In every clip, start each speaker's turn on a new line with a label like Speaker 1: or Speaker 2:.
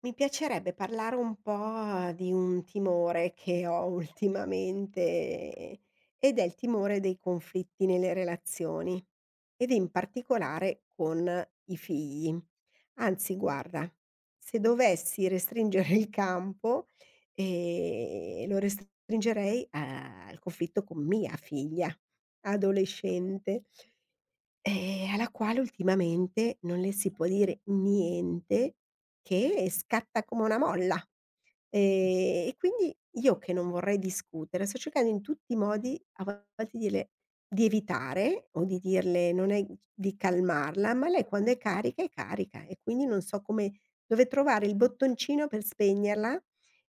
Speaker 1: Mi piacerebbe parlare un po' di un timore che ho ultimamente ed è il timore dei conflitti nelle relazioni ed in particolare con i figli. Anzi guarda, se dovessi restringere il campo, lo restringerei al conflitto con mia figlia adolescente. Alla quale ultimamente non le si può dire niente che scatta come una molla. E quindi io che non vorrei discutere, sto cercando in tutti i modi a volte di dirle di evitare o di dirle non è di calmarla, ma lei quando è carica e quindi non so come dove trovare il bottoncino per spegnerla,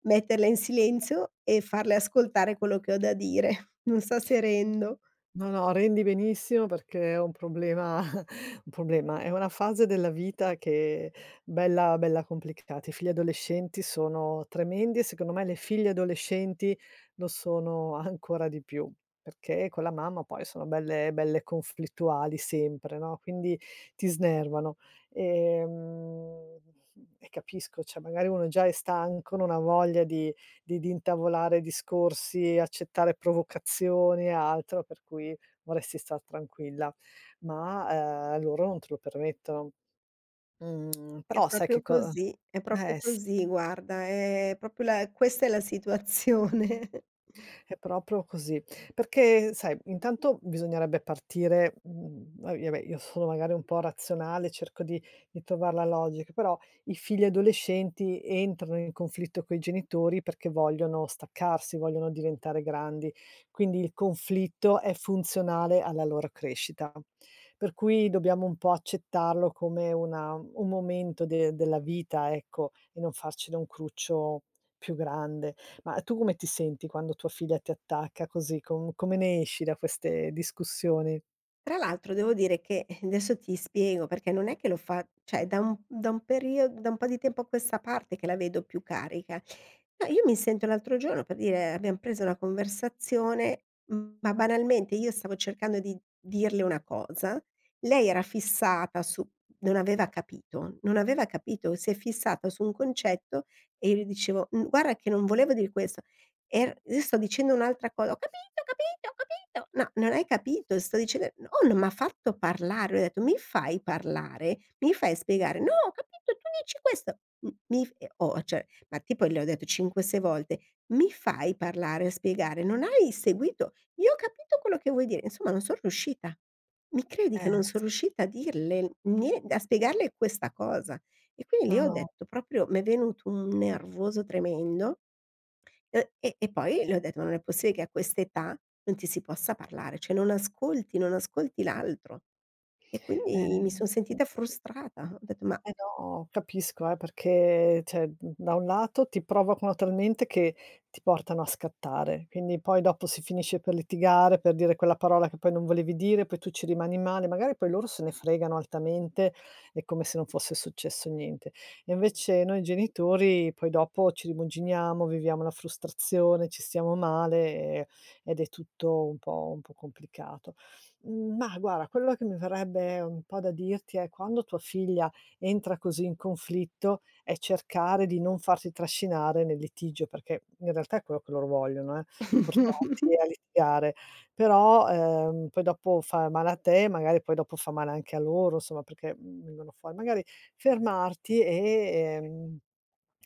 Speaker 1: metterla in silenzio e farle ascoltare quello che ho da dire. Non so se rendo.
Speaker 2: No, no, rendi benissimo perché è un problema un problema, è una fase della vita che è bella bella complicata. I figli adolescenti sono tremendi e secondo me le figlie adolescenti lo sono ancora di più, perché con la mamma poi sono belle belle conflittuali sempre, no, quindi ti snervano. Ehm, e capisco, cioè magari uno già è stanco, non ha voglia di di intavolare discorsi, accettare provocazioni e altro, per cui vorresti star tranquilla. Ma, loro non te lo permettono. Mhmm, però sai che co
Speaker 1: È proprio
Speaker 2: s
Speaker 1: così guarda, è proprio la questa è la situazione.
Speaker 2: È proprio così. Perché sai, intanto bisognerebbe partire, mhmm, va beh, io sono magari un po' razionale, cerco di trovar la logica, però i figli adolescenti entrano in conflitto coi genitori perché vogliono staccarsi, vogliono diventare grandi, quindi il conflitto è funzionale alla loro crescita. Per cui dobbiamo un po' accettarlo come una un momento de della vita, ecco, e non farcene un cruccio più grande. Ma tu come ti senti quando tua figlia ti attacca così? Come ne esci da queste discussioni?
Speaker 1: Tra l'altro devo dire che adesso ti spiego perché non è che lo fa cioè da un po' di tempo a questa parte che la vedo più carica. No, io mi sento l'altro giorno per dire abbiam preso una conversazione, ma banalmente io stavo cercando di dirle una cosa, lei era fissata su non aveva capito, si è fissata su un concetto e io le dicevo: "Mhmm, guarda che non volevo dir questo". Er Io sto dicendo un'altra cosa: "Ho capito, ho capito, ho capito". No, non hai capito, sto dicende no, non m'ha fatto parlare, ho detto: "Mi fai parlare, mi fai spiegare". "No, ho capito, tu dici questo". M mi f e ho cioè, ma tipo le ho detto 5, 6 volte: "Mi fai parlare, spiegare, non hai seguito, io ho capito quello che vuoi dire". Insomma, non son riuscita. Mi credi che non son
Speaker 2: Sì.
Speaker 1: riuscita a dirle nie a spiegarle questa cosa? E quindi lì
Speaker 2: No,
Speaker 1: ho
Speaker 2: no,
Speaker 1: detto proprio m'è venuto un nervoso tremendo. E poi le ho detto: "Ma non è possibile che a quest'età non ti si possa parlare, cioè non ascolti non ascolti l'altro". E quindi mi
Speaker 2: ehm,
Speaker 1: son sentita
Speaker 2: sì.
Speaker 1: frustrata. Ho detto: "Ma".
Speaker 2: Eh no, capisco, perché cioè, mhmm, da un lato ti provocano talmente che ti portano a scattare, quindi poi dopo si finisce per litigare, per dire quella parola che poi non volevi dire, poi tu ci rimani male, magari poi loro se ne fregano altamente, è come se non fosse successo niente. E invece noi genitori poi dopo ci rimuginiamo, viviamo la frustrazione, ci stiamo male, ed è tutto un po' complicato. Mhmm, ma guarda, quello che mi verrebbe un po' da dirti è: quando tua figlia entra così in conflitto è cercare di non farsi trascinare nel litigio, perché in realtà è quello che loro vogliono, portarti a litigare. Però, poi dopo fa male a te, magari poi dopo fa male anche a loro, insomma, perché, mhmm, vengono fuori magari fermarti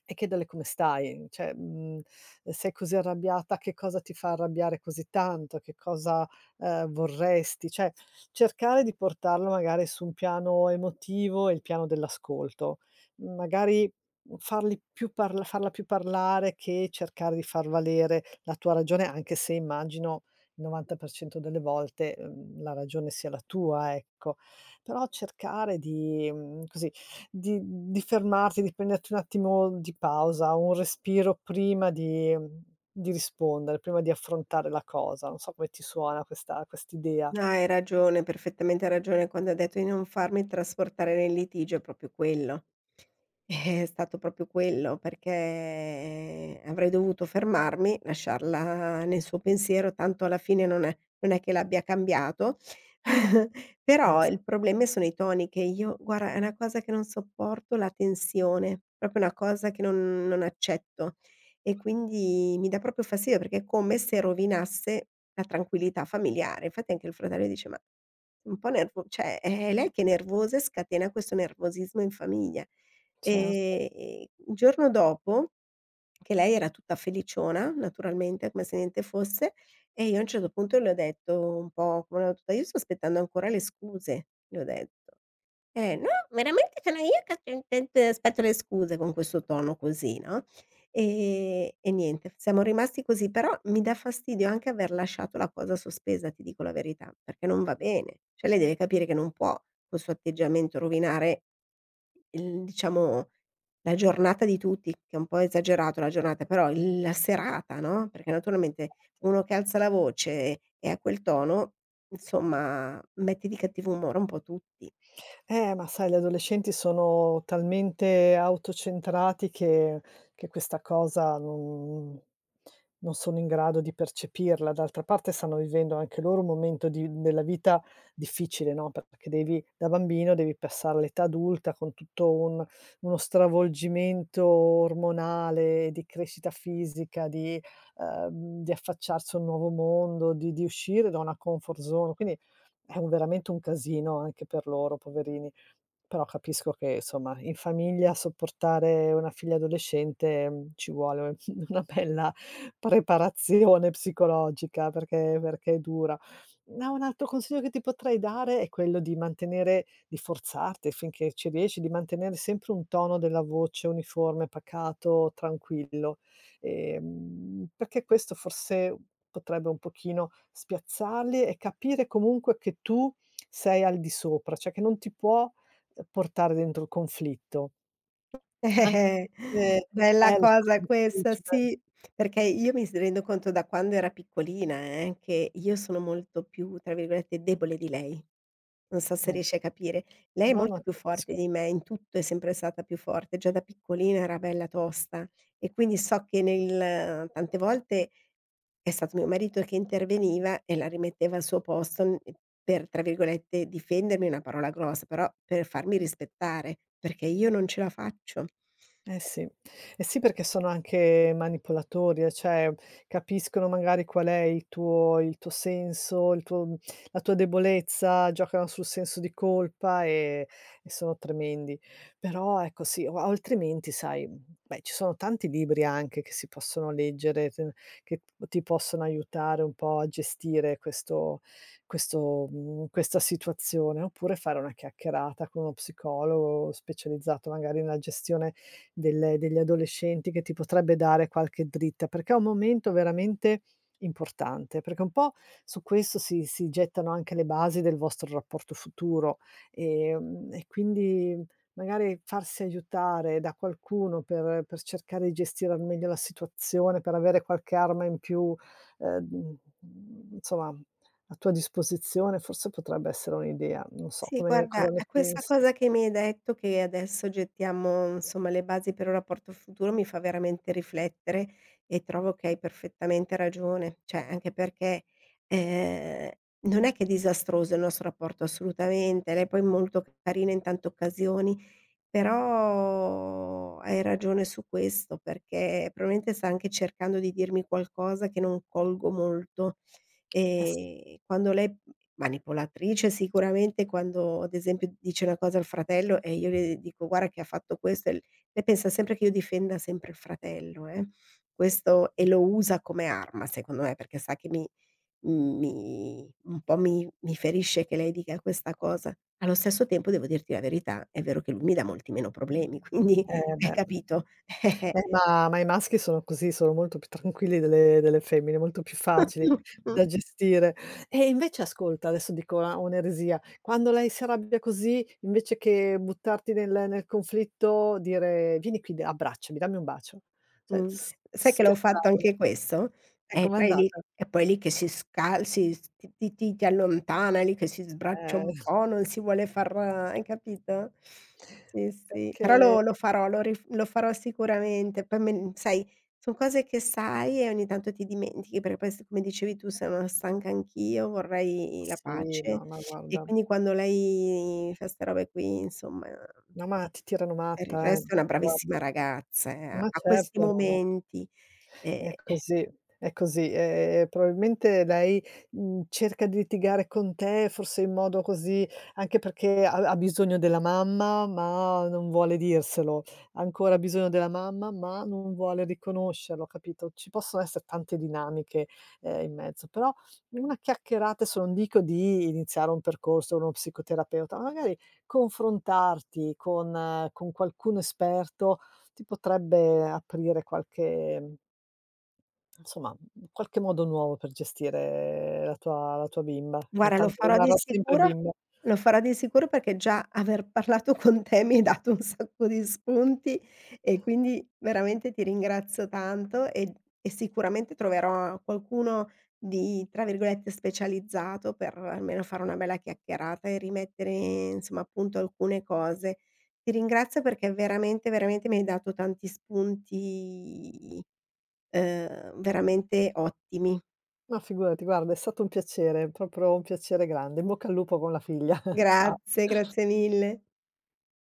Speaker 2: e chiederle come stai, cioè, mhmm, sei così arrabbiata, che cosa ti fa arrabbiare così tanto, che cosa, vorresti, cioè cercare di portarlo magari su un piano emotivo e il piano dell'ascolto. Magari farli più parl farla più parlare che cercare di far valere la tua ragione, anche se immagino il 90% delle volte, la ragione sia la tua, ecco. Però cercare di, mhmm, così di fermarti, di prenderti un attimo di pausa, un respiro prima di, mhmm, di rispondere, prima di affrontare la cosa. Non so come ti suona questa quest'idea.
Speaker 1: No, hai ragione, perfettamente ragione quando hai detto di non farmi trasportare nel litigio, è proprio quello. È stato proprio quello, perché avrei dovuto fermarmi, lasciarla nel suo pensiero, tanto alla fine non è che l'abbia cambiato, però
Speaker 2: S
Speaker 1: il problema sono i toni che io guarda, è una cosa che non sopporto la tensione, proprio una cosa che non accetto e quindi mi dà proprio fastidio perché è come se rovinasse la tranquillità familiare. Infatti anche il fratello dice: "Ma un po' nervo cioè è lei che è nervosa e scatena questo nervosismo in famiglia".
Speaker 2: cer
Speaker 1: Il giorno dopo, che lei era tutta feliciona, naturalmente, come se niente fosse, e io a un certo punto le ho detto un po' come una battuta: "Io sto aspettando ancora le scuse", le ho detto. No, veramente ce n'ho io che aspetto le scuse con questo tono così, no, e niente, siamo rimasti così, però mi dà fastidio anche aver lasciato la cosa sospesa, ti dico la verità, perché non va bene. Cioè lei deve capire che non può col suo atteggiamento rovinare il diciamo, la giornata di tutti, che è un po' esagerato la giornata, però il la serata, no, perché naturalmente uno che alza la voce e ha quel tono, insomma, mette di cattivo umore un po' tutti.
Speaker 2: Ma sai, gli adolescenti sono talmente autocentrati che questa cosa non sono in grado di percepirla. D'altra parte stanno vivendo anche loro un momento di della vita difficile, no, perché devi da bambino devi passare all'età adulta con tutto un uno stravolgimento ormonale, di crescita fisica, di affacciarsi a un nuovo mondo, di uscire da una comfort zone. Quindi è un veramente un casino anche per loro, poverini. Però capisco che insomma in famiglia sopportare una figlia adolescente, mhmm, ci vuole una bella preparazione psicologica perché è dura. No, un altro consiglio che ti potrei dare è quello di mantenere di forzarti finché ci riesci, di mantenere sempre un tono della voce uniforme, pacato, tranquillo. Perché questo forse potrebbe un pochino spiazzarli e capire comunque che tu sei al di sopra, cioè che non ti può, portare dentro il conflitto. Anche queste,
Speaker 1: Bella
Speaker 2: eh, lo so che è
Speaker 1: cosa questa,
Speaker 2: difficile.
Speaker 1: sì, perché io mi s rendo conto da quando era piccolina, che io sono molto più, tra virgolette, "debole" di lei. Non so se
Speaker 2: Eh.
Speaker 1: riesci a capire. Lei è
Speaker 2: No, no,
Speaker 1: molto
Speaker 2: ti
Speaker 1: più forte
Speaker 2: capisco.
Speaker 1: di me, in tutto è sempre stata più forte, già da piccolina era bella tosta e quindi so che nel tante volte è stato mio marito che interveniva e la rimetteva al suo posto n per, tra virgolette, "difendermi" è una parola grossa, però per farmi rispettare, perché io non ce la faccio.
Speaker 2: Eh sì. Eh sì, perché sono anche manipolatori, cioè capiscono magari qual è il tuo senso, il tuo la tua debolezza, giocano sul senso di colpa e sono tremendi. Però ecco sì, o altrimenti sai, beh, ci sono tanti libri anche che si possono leggere, t che ti possono aiutare un po' a gestire questo mhmm, questa situazione, oppure fare una chiacchierata con uno psicologo specializzato magari nella gestione del degli adolescenti che ti potrebbe dare qualche dritta, perché è un momento veramente importante, perché un po' su questo si gettano anche le basi del vostro rapporto futuro, e quindi magari farsi aiutare da qualcuno per cercare di gestire al meglio la situazione, per avere qualche arma in più, ehm, insomma a tua disposizione, forse potrebbe essere un'idea. Non so
Speaker 1: Sì,
Speaker 2: come
Speaker 1: guarda,
Speaker 2: cosa ne
Speaker 1: a questa
Speaker 2: pensi.
Speaker 1: cosa che mi hai detto, che adesso gettiamo, insomma, le basi per un rapporto futuro, mi fa veramente riflettere e trovo che hai perfettamente ragione. Cioè, anche perché, ehm, non è che è disastroso il nostro rapporto, assolutamente. Lei poi è molto carina in tante occasioni però hai ragione su questo, perché probabilmente sta anche cercando di dirmi qualcosa che non colgo molto.
Speaker 2: S
Speaker 1: Quando lei manipolatrice sicuramente, quando ad esempio dice una cosa al fratello e io le dico: "Guarda che ha fatto questo" e l lei pensa sempre che io difenda sempre il fratello, eh. Questo e lo usa come arma secondo me, perché sa che mi Mhmm, mi un po' mi mi ferisce che lei dica questa cosa. Allo stesso tempo devo dirti la verità, è vero che lui mi dà molti meno problemi, quindi
Speaker 2: Eh
Speaker 1: hai
Speaker 2: beh.
Speaker 1: capito?
Speaker 2: Ma i maschi sono così, sono molto più tranquilli delle femmine, molto più facili
Speaker 1: Eh.
Speaker 2: da gestire. E invece ascolta, adesso dico una un'eresia, quando lei si arrabbia così, invece che buttarti nel conflitto, dire: "Vieni qui, d abbracciami, dammi un bacio." Cioè,
Speaker 1: Mh.
Speaker 2: s
Speaker 1: Sai che l'ho fatto
Speaker 2: spiazzarlo.
Speaker 1: anche questo? E
Speaker 2: Com'è
Speaker 1: poi lì
Speaker 2: andata?
Speaker 1: che si scal si s ti allontana, lì che si sbraccia un
Speaker 2: Eh.
Speaker 1: po', non si vuole far hai capito? Sì, sì. Però
Speaker 2: Perché
Speaker 1: lo farò, lo farò sicuramente. Poi me sai, son cose che sai e ogni tanto ti dimentichi, perché poi s come dicevi tu, sono stanca anch'io, vorrei la
Speaker 2: Sì,
Speaker 1: pace
Speaker 2: no, ma
Speaker 1: e
Speaker 2: guarda,
Speaker 1: quindi quando lei fa 'ste robe qui, insomma
Speaker 2: no, ma ti tirano
Speaker 1: per il
Speaker 2: matta,
Speaker 1: resto è una
Speaker 2: guarda.
Speaker 1: bravissima ragazza,
Speaker 2: Ma
Speaker 1: ha questi
Speaker 2: certo, no, no,
Speaker 1: momenti. Ehm,
Speaker 2: è così, è così. Probabilmente lei, mhmm, cerca di litigare con te forse in modo così anche perché ha bisogno della mamma, ma non vuole dirselo. Ha ancora bisogno della mamma, ma non vuole riconoscerlo, capito? Ci possono essere tante dinamiche, in mezzo, però una chiacchierata, adesso non dico di iniziare un percorso, con uno psicoterapeuta, ma magari confrontarti con, con qualcuno esperto ti potrebbe aprire qualche insomma, mhmm, qualche modo nuovo per gestire la tua bimba, che
Speaker 1: Guarda, lo
Speaker 2: tanto
Speaker 1: farò di
Speaker 2: rimarrà sempre
Speaker 1: sicuro,
Speaker 2: bimba.
Speaker 1: lo farò di sicuro perché già aver parlato con te mi hai dato un sacco di spunti e quindi veramente ti ringrazio tanto e sicuramente troverò qualcuno di, tra virgolette, "specializzato" per almeno fare una bella chiacchierata e rimettere, insomma, a punto alcune cose. Ti ringrazio perché veramente, veramente mi hai dato tanti spunti, veramente ottimi.
Speaker 2: Ma figurati, guarda, è stato un piacere, proprio un piacere grande. In bocca al lupo con la figlia. Cia
Speaker 1: Grazie, grazie mille.